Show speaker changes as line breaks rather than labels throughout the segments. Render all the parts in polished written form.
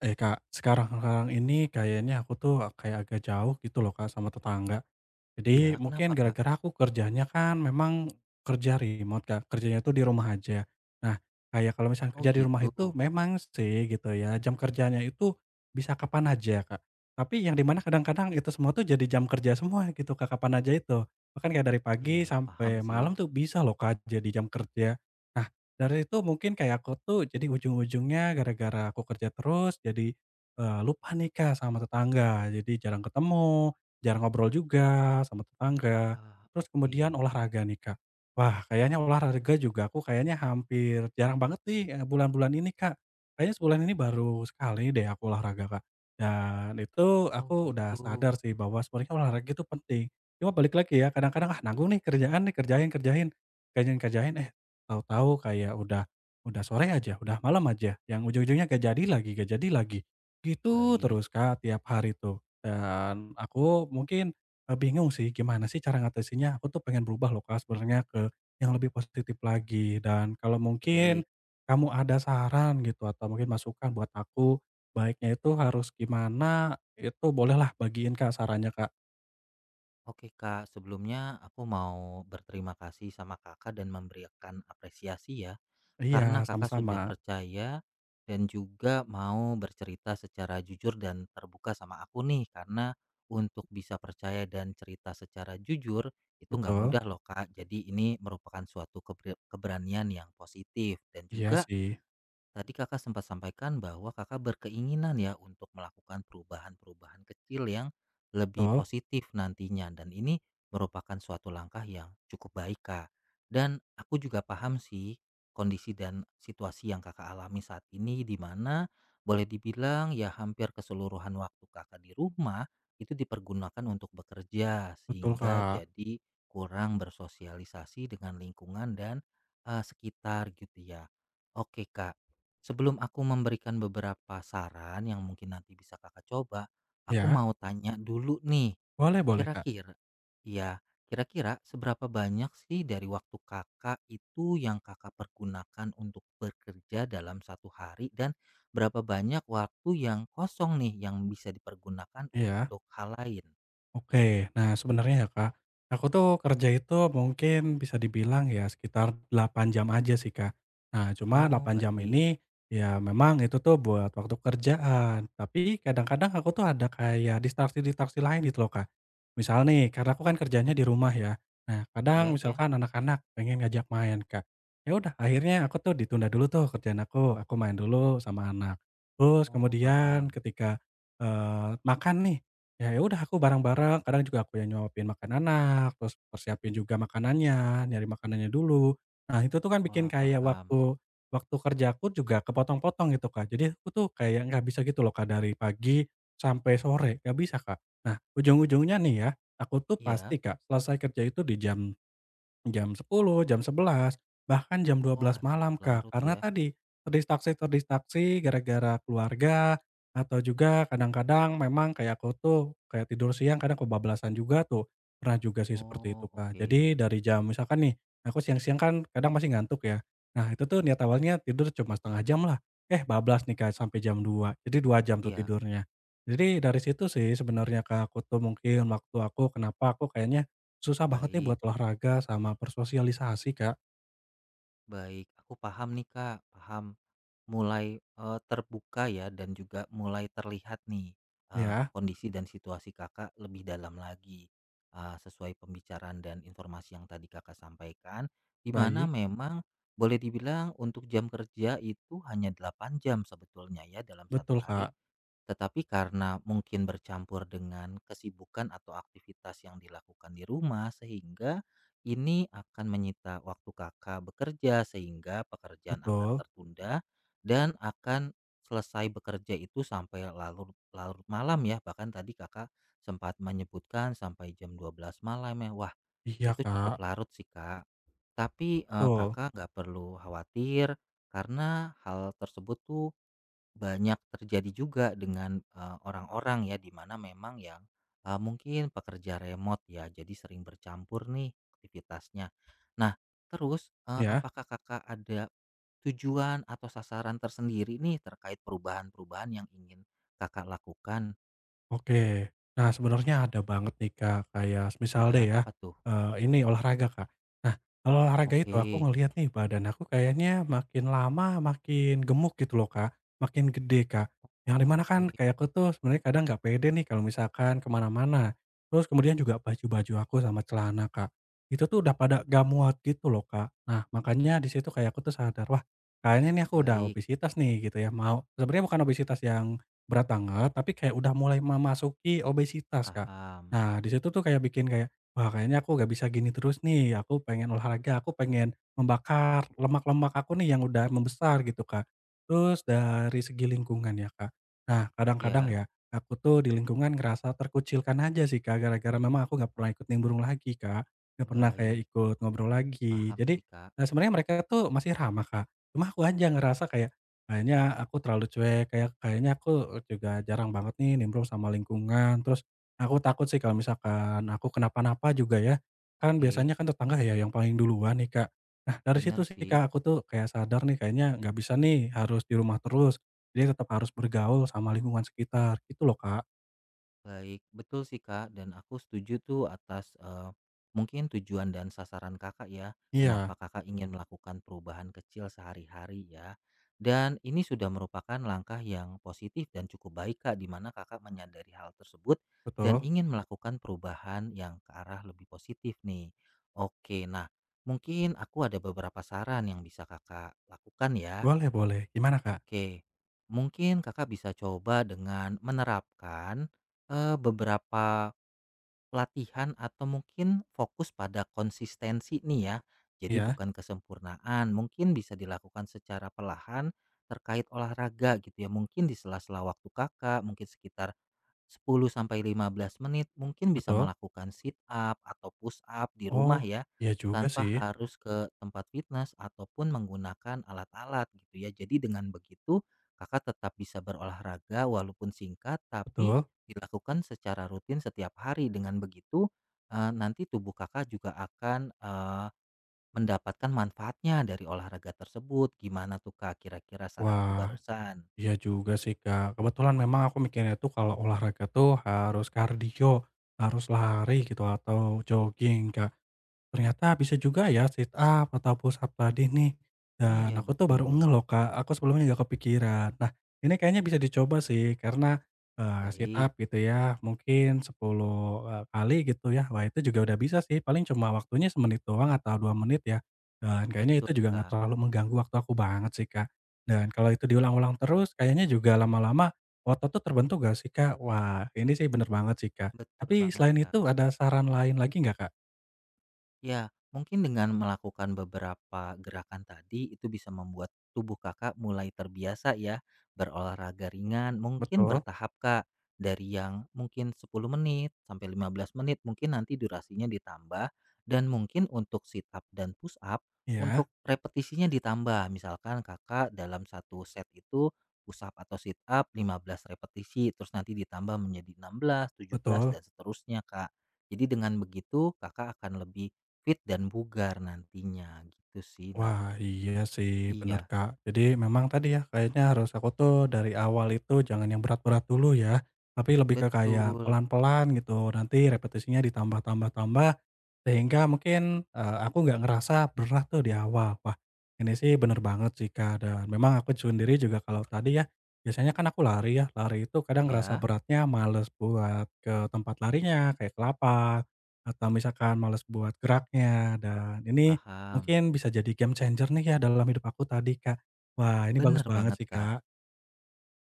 Eh Kak, sekarang-sekarang ini kayaknya aku tuh kayak agak jauh gitu loh Kak sama tetangga.
Iya,
Jadi mungkin
kenapa, Kak?
gara-gara aku kerjanya kan memang kerja remote Kak, kerjanya tuh di rumah aja. Nah, kayak kalau misalnya
Oh,
kerja di rumah
gitu.
itu memang sih gitu ya, jam kerjanya itu bisa kapan aja Kak. Tapi yang dimana kadang-kadang itu semua tuh jadi jam kerja semua gitu Kak, kapan aja itu. Bahkan kayak dari pagi
Iya, paham
sampai
sih.
malam tuh bisa loh Kak jadi jam kerja. Nah, dari itu mungkin kayak aku tuh jadi ujung-ujungnya gara-gara aku kerja terus jadi eh, lupa nikah sama tetangga, jadi jarang ketemu, jarang ngobrol juga sama tetangga.
Wah,
Terus
oke.
kemudian olahraga nih, Kak. Wah, kayaknya olahraga juga aku kayaknya hampir jarang banget nih, bulan-bulan ini, Kak. Kayaknya sebulan ini baru sekali deh aku olahraga, Kak. Dan itu
Oh,
aku udah
gitu.
sadar sih bahwa sebenarnya olahraga itu penting. Cuma balik lagi ya, kadang-kadang, "Ah, nanggung nih kerjaan nih, kerjain kerjain kerjain kerjain," eh, tahu-tahu kayak udah sore aja, udah malam aja, yang ujung-ujungnya gak jadi lagi gak jadi lagi. Gitu
Baik,
terus, Kak, tiap hari tuh. Dan aku mungkin, bingung sih gimana sih cara ngatasinnya, aku tuh pengen berubah loh Kak sebenarnya ke yang lebih positif lagi dan kalau mungkin
baik.
kamu ada saran gitu atau mungkin masukan buat aku, baiknya itu harus gimana, itu bolehlah bagiin Kak sarannya Kak.
Oke, Kak. Sebelumnya aku mau berterima kasih sama Kakak dan memberikan apresiasi ya,
Iya,
karena Kakak
sama-sama.
sudah percaya dan juga mau bercerita secara jujur dan terbuka sama aku nih, karena untuk bisa percaya dan cerita secara jujur itu nggak
Betul.
mudah loh, Kak. Jadi ini merupakan suatu keberanian yang positif dan
Iya
juga
sih.
tadi Kakak sempat sampaikan bahwa Kakak berkeinginan ya untuk melakukan perubahan-perubahan kecil yang lebih
Betul
positif nantinya, dan ini merupakan suatu langkah yang cukup baik, Kak. Dan aku juga paham sih kondisi dan situasi yang Kakak alami saat ini, di mana boleh dibilang ya hampir keseluruhan waktu Kakak di rumah itu dipergunakan untuk bekerja
betul
sehingga
Kak.
jadi kurang bersosialisasi dengan lingkungan dan sekitar gitu ya. Oke Kak. Sebelum aku memberikan beberapa saran yang mungkin nanti bisa kakak coba, aku
Iya.
mau tanya dulu nih,
Boleh boleh Kak.
kira-kira, ya, kira-kira seberapa banyak sih dari waktu kakak itu yang kakak pergunakan untuk bekerja dalam satu hari, dan berapa banyak waktu yang kosong nih yang bisa dipergunakan
Iya.
untuk hal lain?
Oke. Nah, sebenarnya ya, Kak, aku tuh kerja itu mungkin bisa dibilang ya sekitar 8 jam aja sih, Kak. Nah, cuma
Oh,
8 jam
baik.
ini ya memang itu tuh buat waktu kerjaan, tapi kadang-kadang aku tuh ada kayak distraksi-distraksi lain gitu loh, Kak. Misal nih, karena aku
Oh,
kan kerjanya
gitu.
di rumah ya. Nah,
Iya,
kadang
iya.
misalkan anak-anak pengen ngajak main, Kak. Ya udah, akhirnya aku tuh ditunda dulu tuh kerjaan aku main dulu sama anak. Terus
Oh,
kemudian
paham.
ketika, makan nih, Ya udah aku bareng-bareng, kadang juga aku yang nyuapin makan anak, terus persiapin juga makanannya, nyari makanannya dulu. Nah itu tuh kan bikin
Wah,
kayak
paham.
waktu waktu kerjaku juga kepotong-potong gitu Kak, jadi aku tuh kayak nggak bisa gitu loh Kak dari pagi sampai sore, nggak bisa Kak. Nah ujung-ujungnya nih ya, aku tuh
Iya.
pasti Kak selesai kerja itu di jam jam sepuluh, jam sebelas, bahkan jam dua
Wah,
belas
cukup
malam, Kak.
larut
Karena
ya.
tadi, terdistraksi-terdistraksi gara-gara keluarga, atau juga kadang-kadang memang kayak aku tuh, kayak tidur siang kadang kebablasan juga tuh, pernah juga sih seperti itu,
Oh,
Kak.
oke.
Jadi dari jam misalkan nih, aku siang-siang kan kadang masih ngantuk ya. Nah itu tuh niat awalnya tidur cuma setengah jam lah, eh bablas nih, Kak, sampai jam 2, jadi dua jam tuh
Iya,
tidurnya. Jadi dari situ sih sebenarnya, Kak, aku tuh mungkin waktu aku kenapa aku kayaknya susah banget nih
baik,
buat olahraga sama bersosialisasi, Kak,
baik. Aku paham nih, Kak, paham. Mulai, terbuka ya dan juga mulai terlihat nih,
ya?
kondisi dan situasi Kakak lebih dalam lagi, sesuai pembicaraan dan informasi yang tadi Kakak sampaikan, di mana
Baik,
memang boleh dibilang untuk jam kerja itu hanya 8 jam sebetulnya ya dalam satu
betul,
hari.
Kak,
Tetapi karena mungkin bercampur dengan kesibukan atau aktivitas yang dilakukan di rumah, sehingga ini akan menyita waktu Kakak bekerja sehingga pekerjaan akan
betul.
tertunda dan akan selesai bekerja itu sampai larut larut malam ya, bahkan tadi Kakak sempat menyebutkan sampai jam 12 malam ya. Wah,
Iya,
itu
Kak,
cukup larut sih, Kak. Tapi,
betul,
Kakak nggak perlu khawatir karena hal tersebut tuh banyak terjadi juga dengan, orang-orang ya, di mana memang yang, mungkin pekerja remote ya, jadi sering bercampur nih aktivitasnya. Nah terus,
ya.
apakah Kakak ada tujuan atau sasaran tersendiri nih terkait perubahan-perubahan yang ingin Kakak lakukan?
Oke. Nah, sebenarnya ada banget nih, Kak, kayak semisal
Iya,
deh ya,
apa tuh?
ini olahraga, Kak. Nah, kalau olahraga itu aku
Oke.
ngelihat nih badan aku kayaknya makin lama makin gemuk gitu loh, Kak, makin gede, Kak. Yang di
Oh,
mana kan
oke,
kayak aku tuh sebenarnya kadang nggak pede nih kalau misalkan ke mana-mana. Terus kemudian juga baju-baju aku sama celana, Kak, itu tuh udah pada nggak muat gitu loh, Kak. Nah, makanya di situ kayak aku tuh sadar, wah kayaknya nih aku udah
baik,
obesitas nih gitu ya, mau sebenarnya bukan obesitas yang berat banget, tapi kayak udah mulai memasuki obesitas, Kak.
paham.
Nah, di situ tuh kayak bikin kayak, "Wah, kayaknya aku gak bisa gini terus nih. Aku pengen olahraga, aku pengen membakar lemak-lemak aku nih yang udah membesar," gitu, Kak. Terus dari segi lingkungan ya, Kak. Nah, kadang-kadang
Ya.
ya, aku tuh di lingkungan ngerasa terkucilkan aja sih, Kak, gara-gara memang aku gak pernah ikut nimbrung lagi, Kak. Gak pernah kayak
Baik,
ikut ngobrol lagi.
paham
Jadi,
sih Kak.
sebenarnya mereka tuh masih ramah, Kak. Cuma aku aja ngerasa kayak kayaknya aku terlalu cuek, kayak kayaknya aku juga jarang banget nih nimbrung sama lingkungan, terus aku takut sih kalau misalkan aku kenapa-napa juga ya, kan
Oke.
biasanya kan tetangga ya yang paling duluan nih, Kak. Nah, dari situ
Benar
sih,
sih.
Kak, aku tuh kayak sadar nih kayaknya nggak bisa nih harus di rumah terus, jadi tetap harus bergaul sama lingkungan sekitar, gitu loh, Kak.
Baik, betul sih Kak, dan aku setuju tuh atas mungkin tujuan dan sasaran Kakak ya. Kenapa
Iya,
Kakak ingin melakukan perubahan kecil sehari-hari ya. Dan ini sudah merupakan langkah yang positif dan cukup baik Kak, di mana Kakak menyadari hal tersebut dan
betul.
ingin melakukan perubahan yang ke arah lebih positif nih. Oke, nah mungkin aku ada beberapa saran yang bisa Kakak lakukan ya.
Boleh boleh, gimana, Kak?
Oke, mungkin Kakak bisa coba dengan menerapkan beberapa pelatihan atau mungkin fokus pada konsistensi nih ya. Jadi
Iya,
bukan kesempurnaan, mungkin bisa dilakukan secara perlahan terkait olahraga gitu ya. Mungkin di sela-sela waktu Kakak, mungkin sekitar 10 sampai 15 menit mungkin bisa
betul.
melakukan sit up atau push up di
Oh,
rumah ya,
iya juga
tanpa
sih,
harus ke tempat fitness ataupun menggunakan alat-alat gitu ya. Jadi dengan begitu kakak tetap bisa berolahraga walaupun singkat tapi
betul.
dilakukan secara rutin setiap hari. Dengan begitu nanti tubuh kakak juga akan mendapatkan manfaatnya dari olahraga tersebut. Gimana tuh kak, kira-kira saranku
Wah.
barusan?
Iya juga sih, Kak. Kebetulan memang aku mikirnya tuh kalau olahraga tuh harus kardio, harus lari gitu atau jogging, Kak. Ternyata bisa juga ya sit up atau push up tadi nih, dan
Iya
aku tuh baru ngeh
betul.
loh, Kak, aku sebelumnya nggak kepikiran. Nah, ini kayaknya bisa dicoba sih karena, sit
Baik,
up gitu ya mungkin 10 kali gitu ya, wah itu juga udah bisa sih paling cuma waktunya semenit doang atau 2 menit ya, dan kayaknya
betul
itu juga nggak
kak.
terlalu mengganggu waktu aku banget sih, Kak. Dan kalau itu diulang-ulang terus kayaknya juga lama-lama otot tuh terbentuk gak sih, Kak? Wah, ini sih bener banget sih, Kak.
Betul
Tapi
banget,
selain
Kak.
itu ada saran lain lagi nggak, Kak?
Ya, mungkin dengan melakukan beberapa gerakan tadi itu bisa membuat tubuh kakak mulai terbiasa ya berolahraga ringan, mungkin
Betul,
bertahap kak, dari yang mungkin 10 menit sampai 15 menit mungkin nanti durasinya ditambah, dan mungkin untuk sit up dan push up,
iya,
untuk repetisinya ditambah, misalkan kakak dalam satu set itu push up atau sit up 15 repetisi, terus nanti ditambah menjadi enam belas, tujuh belas
betul.
dan seterusnya kak. Jadi dengan begitu kakak akan lebih fit dan bugar nantinya gitu sih. Nah
Wah, iya sih, bener,
iya,
Kak. Jadi memang tadi ya, kayaknya harus aku tuh dari awal itu jangan yang berat-berat dulu ya, tapi lebih ke kayak
betul.
pelan-pelan gitu, nanti repetisinya ditambah tambah tambah, sehingga mungkin, aku nggak ngerasa berat tuh di awal. Wah, ini sih bener banget sih, Kak, dan memang aku sendiri juga kalau tadi ya, biasanya kan aku lari ya, lari itu kadang ngerasa
Ya,
beratnya males buat ke tempat larinya, kayak ke lapak, atau misalkan males buat geraknya, dan ini
paham.
mungkin bisa jadi game changer nih ya dalam hidup aku tadi, Kak. Wah, ini bagus
Bener
banget
banget,
sih,
Kak.
Kak.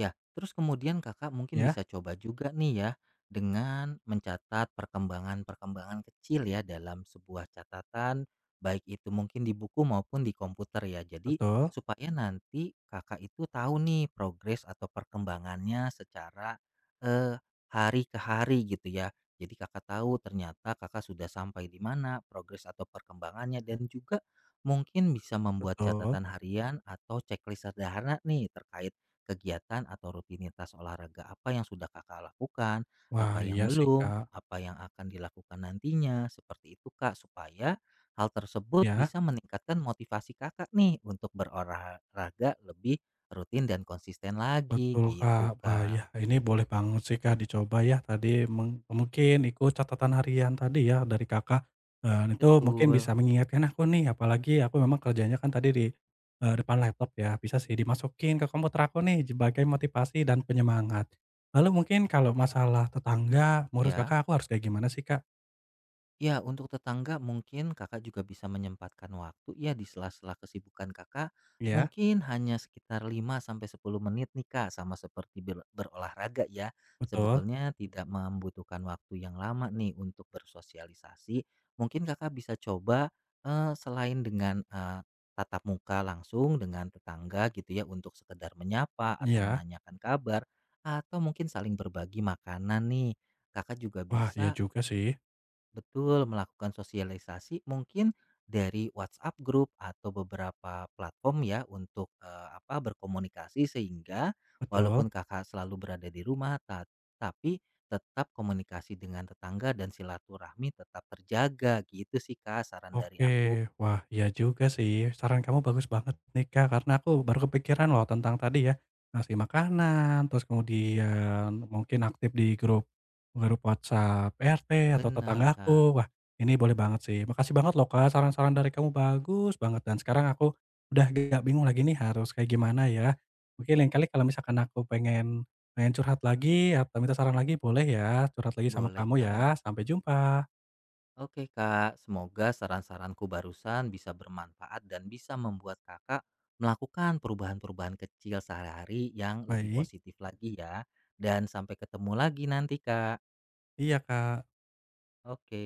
Ya, terus kemudian Kakak mungkin
Ya,
bisa coba juga nih ya, dengan mencatat perkembangan-perkembangan kecil ya dalam sebuah catatan, baik itu mungkin di buku maupun di komputer ya. Jadi
betul
supaya nanti Kakak itu tahu nih progres atau perkembangannya secara eh, hari ke hari gitu ya. Jadi Kakak tahu ternyata Kakak sudah sampai di mana progres atau perkembangannya, dan juga mungkin bisa membuat
betul.
catatan harian atau checklist sederhana nih terkait kegiatan atau rutinitas olahraga apa yang sudah Kakak lakukan,
Wah,
apa
iya
yang
sih,
belum,
Kak.
apa yang akan dilakukan nantinya, seperti itu Kak, supaya hal tersebut
Ya,
bisa meningkatkan motivasi Kakak nih untuk berolahraga lebih rutin dan konsisten lagi
betul,
gitu
Kak. Wah,
Kak.
ya ini boleh banget sih, Kak, dicoba ya tadi meng mungkin ikut catatan harian tadi ya dari Kakak, dan itu mungkin
Betul,
bisa mengingatkan aku nih, apalagi aku memang kerjanya kan tadi di, depan laptop ya, bisa sih dimasukin ke komputer aku nih sebagai motivasi dan penyemangat. Lalu mungkin kalau masalah tetangga, menurut
ya.
Kakak aku harus kayak gimana sih, Kak?
Ya, untuk tetangga mungkin Kakak juga bisa menyempatkan waktu ya di sela-sela kesibukan Kakak.
Iya,
Mungkin hanya sekitar 5 sampai 10 menit nih Kak, sama seperti berolahraga ya.
betul.
Sebetulnya tidak membutuhkan waktu yang lama nih untuk bersosialisasi. Mungkin Kakak bisa coba selain dengan tatap muka langsung dengan tetangga gitu ya, untuk sekedar menyapa atau
Iya.
menanyakan kabar, atau mungkin saling berbagi makanan nih. Kakak juga
Wah, iya
bisa,
juga sih.
betul, melakukan sosialisasi mungkin dari WhatsApp group atau beberapa platform ya untuk apa berkomunikasi, sehingga
Betul.
walaupun kakak selalu berada di rumah tapi tetap komunikasi dengan tetangga dan silaturahmi tetap terjaga gitu sih kak, saran dari aku.
Oke, wah iya juga sih. Saran kamu bagus banget nih Kak, karena aku baru kepikiran loh tentang tadi ya, ngasih makanan, terus kemudian mungkin aktif di grup grup WhatsApp RT atau
Bener
tetanggaku.
kak,
Wah, ini boleh banget sih. Makasih banget loh Kak, saran-saran dari kamu bagus banget dan sekarang aku udah gak bingung lagi nih harus kayak gimana ya. Mungkin lain kali kalau misalkan aku pengen pengen curhat lagi atau minta saran lagi boleh ya, curhat lagi sama
boleh
kamu
kak.
ya. Sampai jumpa.
Oke Kak, semoga saran-saranku barusan bisa bermanfaat dan bisa membuat Kakak melakukan perubahan-perubahan kecil sehari-hari yang lebih
Baik,
positif lagi ya. Dan sampai ketemu lagi nanti Kak.
iya Kak.
Oke.